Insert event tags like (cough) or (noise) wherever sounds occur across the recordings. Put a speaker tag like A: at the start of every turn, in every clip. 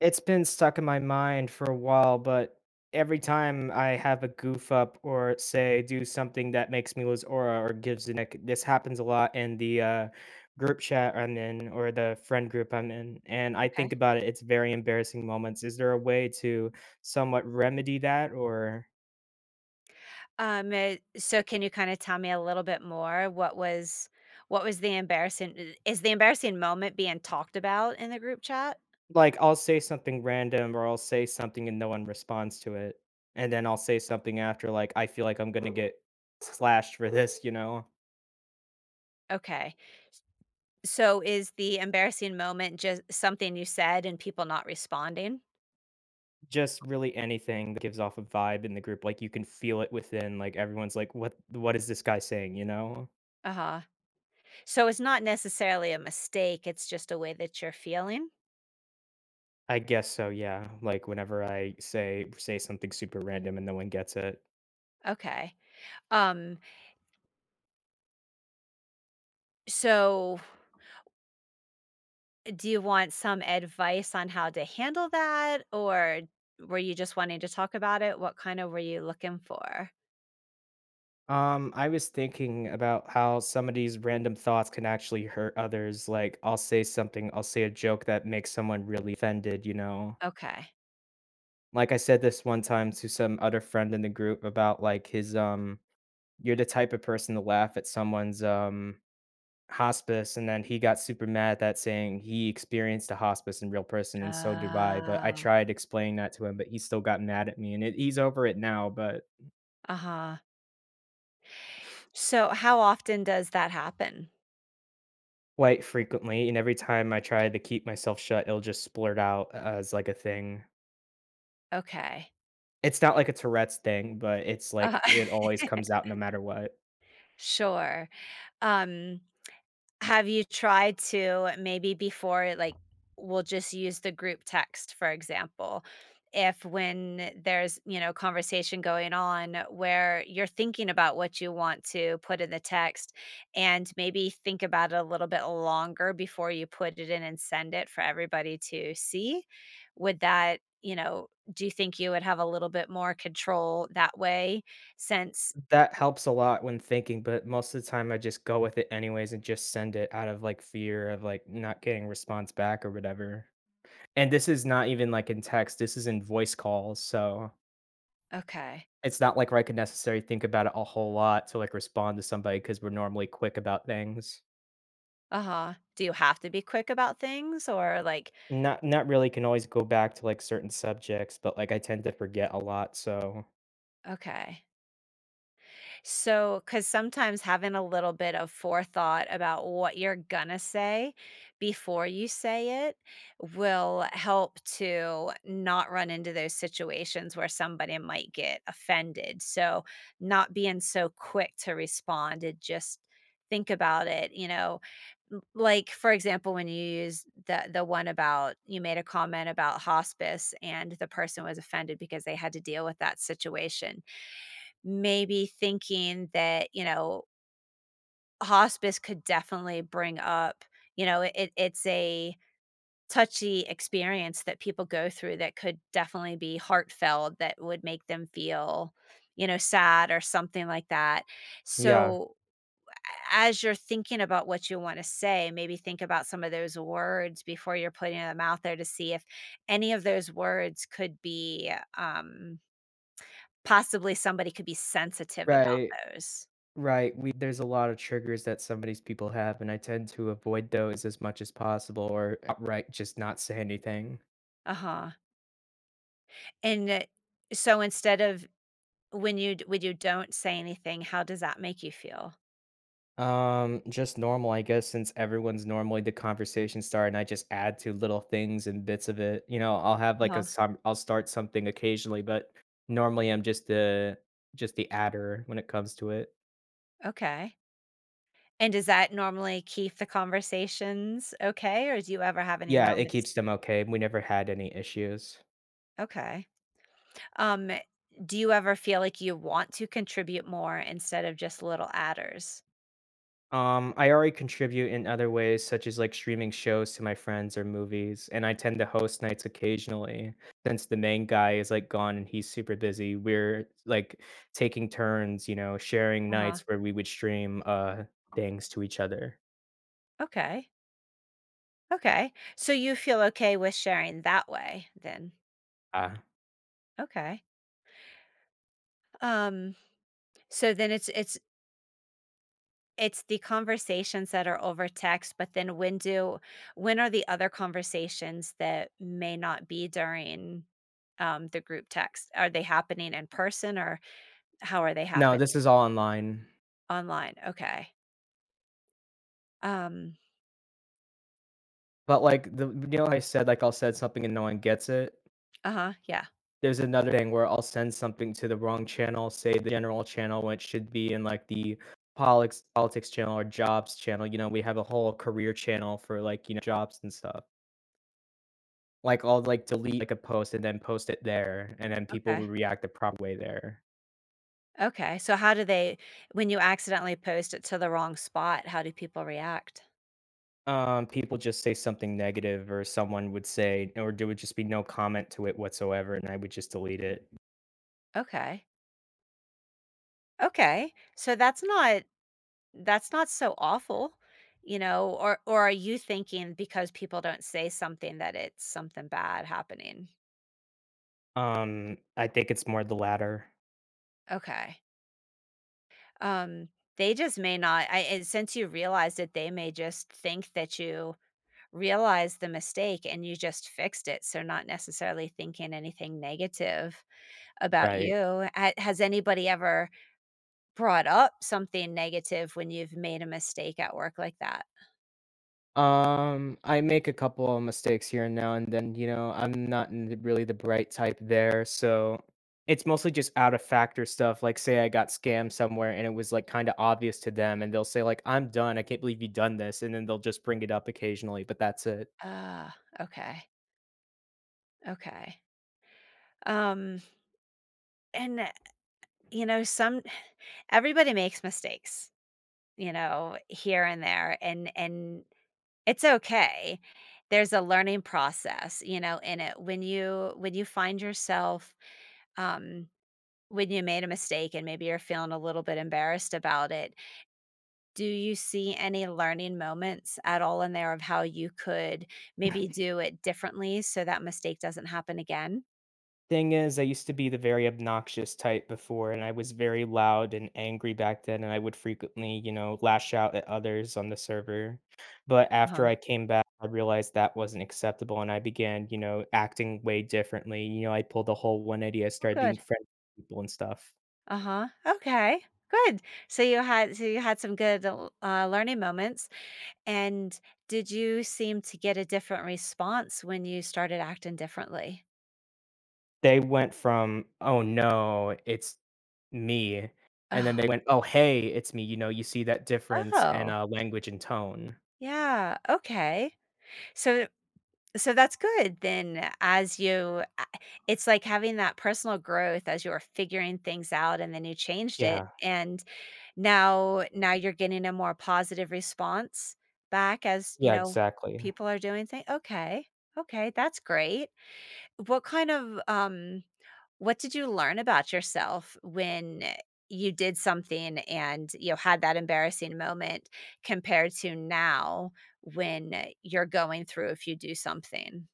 A: It's been stuck in my mind for a while, but every time I have a goof up or say do something that makes me lose aura or gives the nick, this happens a lot in the group chat I'm in or the friend group I'm in, and I
B: Okay.
A: think about it, it's very embarrassing moments. Is there a way to somewhat remedy that? Or,
B: So can you kind of tell me a little bit more? What was the embarrassing is the embarrassing moment being talked about in the group chat?
A: like, I'll say something random or I'll say something and no one responds to it, and then I'll say something after, like, I feel like I'm gonna get slashed for this, you know?
B: Okay. So is the embarrassing moment just something you said and people not responding?
A: Just really anything that gives off a vibe in the group, like, you can feel it within, like, everyone's like, "What is this guy saying?" You know?
B: Uh-huh. So it's not necessarily a mistake, it's just a way that you're feeling?
A: I guess so, yeah, like, whenever I say something super random and no one gets it.
B: Okay. Um, so do you want some advice on how to handle that, or were you just wanting to talk about it? What kind of were you looking for?
A: I was thinking about how some of these random thoughts can actually hurt others, like, I'll say a joke that makes someone really offended, you know?
B: Okay.
A: Like, I said this one time to some other friend in the group about, like, his, "You're the type of person to laugh at someone's" hospice, and then he got super mad, that saying he experienced a hospice in real person, and so did I, but I
B: Oh,
A: tried explaining that to him, but he still got mad at me, and it he's over it now, but
B: uh-huh. So how often does that happen?
A: quite frequently, and every time I try to keep myself shut, it'll just splurt out as, like, a thing.
B: Okay.
A: It's not like a Tourette's thing, but it's
B: Uh,
A: like it always comes out no matter what.
B: (laughs) sure. Um, Have you tried to maybe before, like, we'll just use the group text, for example, if when there's, you know, conversation going on where you're thinking about what you want to put in the text and maybe think about it a little bit longer before you put it in and send it for everybody to see? Would that, you know, do you think you would have a little bit more control that way since
A: That helps a lot when thinking, but most of the time, I just go with it anyways and just send it out of, like, fear of, like, not getting response back or whatever. And this is not even, like, in text, this is in voice calls, so
B: okay.
A: it's not like where I could necessarily think about it a whole lot to, like, respond to somebody because 'cause we're normally quick about things.
B: Uh-huh. Do you have to be quick about things, or like,
A: Not really, can always go back to, like, certain subjects, but, like, I tend to forget a lot, so
B: okay. So, because sometimes having a little bit of forethought about what you're going to say before you say it will help to not run into those situations where somebody might get offended. So, not being so quick to respond and just think about it, you know, like for example when you use the one about you made a comment about hospice and the person was offended because they had to deal with that situation. Maybe thinking that, you know, hospice could definitely bring up, you know, it's a touchy experience that people go through that could definitely be heartfelt, that would make them feel, you know, sad or something like that.
A: yeah.
B: So, as you're thinking about what you wanna say, maybe think about some of those words before you're putting them out there to see if any of those words could be, possibly somebody could be sensitive about
A: Right.
B: those.
A: Right, we there's a lot of triggers that some of these people have, and I tend to avoid those as much as possible or outright just not say anything.
B: Uh-huh. And, so instead of when you don't say anything, how does that make you feel?
A: Just normal, I guess, since everyone's normally the conversation starter, and I just add to little things and bits of it. You know, I'll have like a
B: Oh,
A: some, I'll start something occasionally, but normally I'm just the adder when it comes to it.
B: okay. And does that normally keep the conversations okay, or do you ever have any
A: Yeah, it keeps
B: moments?
A: them okay. We never had any issues.
B: Okay. Um, do you ever feel like you want to contribute more instead of just little adders?
A: I already contribute in other ways, such as like streaming shows to my friends or movies, and I tend to host nights occasionally. Since the main guy is like gone and he's super busy, we're like taking turns, you know, sharing
B: Uh-huh,
A: nights where we would stream things to each other.
B: okay, okay. So you feel okay with sharing that way then?
A: Uh,
B: Okay. Um, so then it's the conversations that are over text, but then when are the other conversations that may not be during, the group text? Are they happening in person, or how are they
A: no,
B: happening?
A: this is all online.
B: Online, okay. Um,
A: But like I said like I'll said something and no one gets it.
B: uh-huh, yeah,
A: There's another thing where I'll send something to the wrong channel, say the general channel, which should be in like the politics channel or jobs channel. You know, we have a whole career channel for like you know jobs and stuff. Like I'll like delete like a post and then post it there, and then people
B: okay,
A: would react the proper way there.
B: okay, so how do they when you accidentally post it to the wrong spot, how do people react?
A: People just say something negative, or someone would say, or there would just be no comment to it whatsoever, and I would just delete it.
B: Okay, okay, so that's not so awful, you know, or are you thinking because people don't say something that it's something bad happening,
A: I think it's more the latter,
B: okay, um they just may not I and since you realized it they may just think that you realized the mistake and you just fixed it, so not necessarily thinking anything negative about
A: right?
B: you. Has anybody ever brought up something negative when you've made a mistake at work like that?
A: I make a couple of mistakes here and now and then, you know, I'm not n really the bright type there, so it's mostly just out of factor stuff, like, say I got scammed somewhere and it was, like, kinda obvious to them, and they'll say, like, "I'm done, I can't believe you done this," and then they'll just bring it up occasionally, but that's it.
B: Ah, okay, okay. Um, and, you know, some everybody makes mistakes, you know, here and there, and it's okay. There's a learning process, you know, in it. When you find yourself, um when you made a mistake and maybe you're feeling a little bit embarrassed about it, do you see any learning moments at all in there of how you could maybe do it differently so that mistake doesn't happen again?
A: Thing is, I used to be the very obnoxious type before, and I was very loud and angry back then, and I would frequently, you know, lash out at others on the server. But after I
B: Uh-huh.
A: came back, I realized that wasn't acceptable, and I began, you know, acting way differently. You know, I pulled the whole 180. I
B: Oh,
A: started
B: good.
A: being friendly with people and stuff.
B: Uh-huh. Okay. Good. So you had some good learning moments, and did you seem to get a different response when you started acting differently?
A: They went from, "Oh no, it's me," and then
B: Oh,
A: they went, "Oh hey, it's me." You know, you see that difference in
B: oh,
A: language and tone.
B: yeah. Okay. So So that's good then as you a it's like having that personal growth as you were figuring things out and then you changed it,
A: Yeah,
B: and now you're getting a more positive response back as, you
A: yeah,
B: know,
A: exactly.
B: people are doing thing okay, okay, that's great. What kind of, what did you learn about yourself when you did something and, you know, had that embarrassing moment compared to now when you're going through if you do something?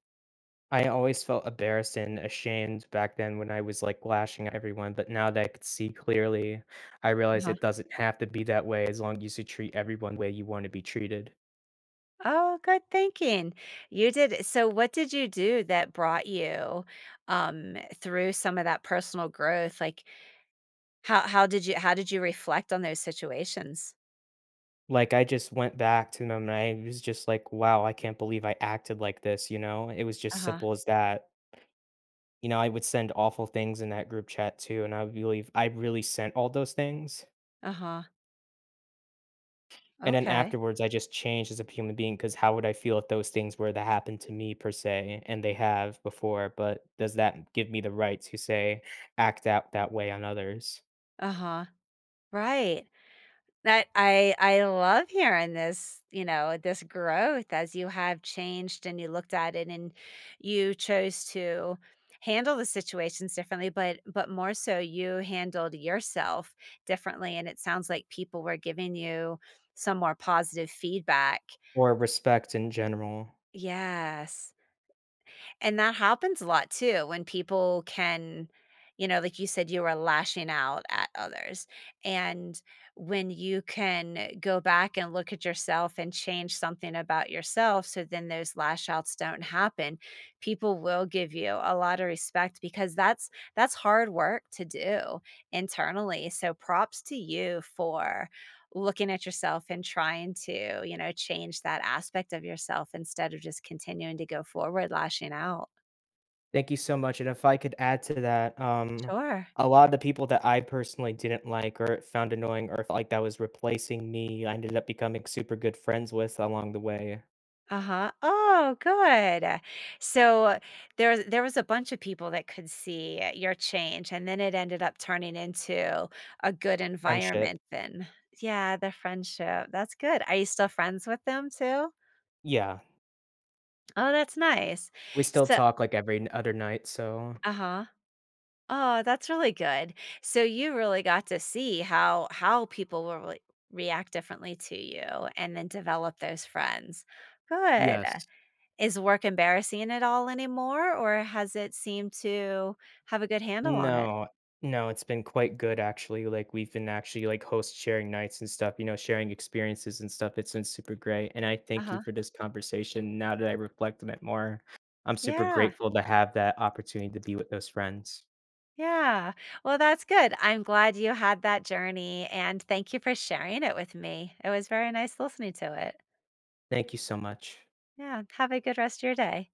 A: I always felt embarrassed and ashamed back then when I was, like, lashing at everyone, but now that I could see clearly, I realized it doesn't have to be that way as long as you treat everyone the way you wanna be treated.
B: Oh, good thinking. You did so what did you do that brought you through some of that personal growth? Like how did you reflect on those situations?
A: Like, I just went back to them and I was just like, "Wow, I can't believe I acted like this," you know? It was just
B: Uh-huh.
A: simple as that. You know, I would send awful things in that group chat too, and I believe I really sent all those things.
B: Uh-huh.
A: And then
B: Okay.
A: afterwards, I just changed as a human being because how would I feel if those things were to happen to me per se, and they have before, but does that give me the right to say, act out that way on others,
B: Uh-huh. Right. That I love hearing this, you know, this growth as you have changed and you looked at it and you chose to handle the situations differently, but more so you handled yourself differently, and it sounds like people were giving you some more positive feedback.
A: or respect in general?
B: Yes. And that happens a lot too when people can, you know, like you said, you were lashing out at others. And when you can go back and look at yourself and change something about yourself, so then those lash outs don't happen, people will give you a lot of respect because that's hard work to do internally. So props to you for looking at yourself and trying to, you know, change that aspect of yourself instead of just continuing to go forward lashing out.
A: Thank you so much, and if I could add to that,
B: Sure.
A: a lot of the people that I personally didn't like or found annoying or felt like that was replacing me, I ended up becoming super good friends with along the way.
B: Uh-huh. Oh, good. So there was a bunch of people that could see your change and then it ended up turning into a good
A: Friendship.
B: environment then. Yeah, the friendship. That's good. Are you still friends with them too?
A: Yeah.
B: Oh, that's nice.
A: We still
B: So,
A: talk like every n other night, so
B: uh-huh. Oh, that's really good. So you really got to see how people will react differently to you and then develop those friends. Good.
A: yes.
B: Is work embarrassing at all anymore, or has it seemed to have a good handle on it?
A: No, no, it's been quite good actually, like, we've been actually, like, host sharing nights and stuff, you know, sharing experiences and stuff, it's been super great, and I thank you
B: Uh-huh.
A: for this conversation, now that I reflect on it more, I'm super
B: Yeah.
A: grateful to have that opportunity to be with those friends.
B: Yeah. Well, that's good. I'm glad you had that journey and thank you for sharing it with me. It was very nice listening to it.
A: Thank you so much.
B: Yeah. Have a good rest of your day.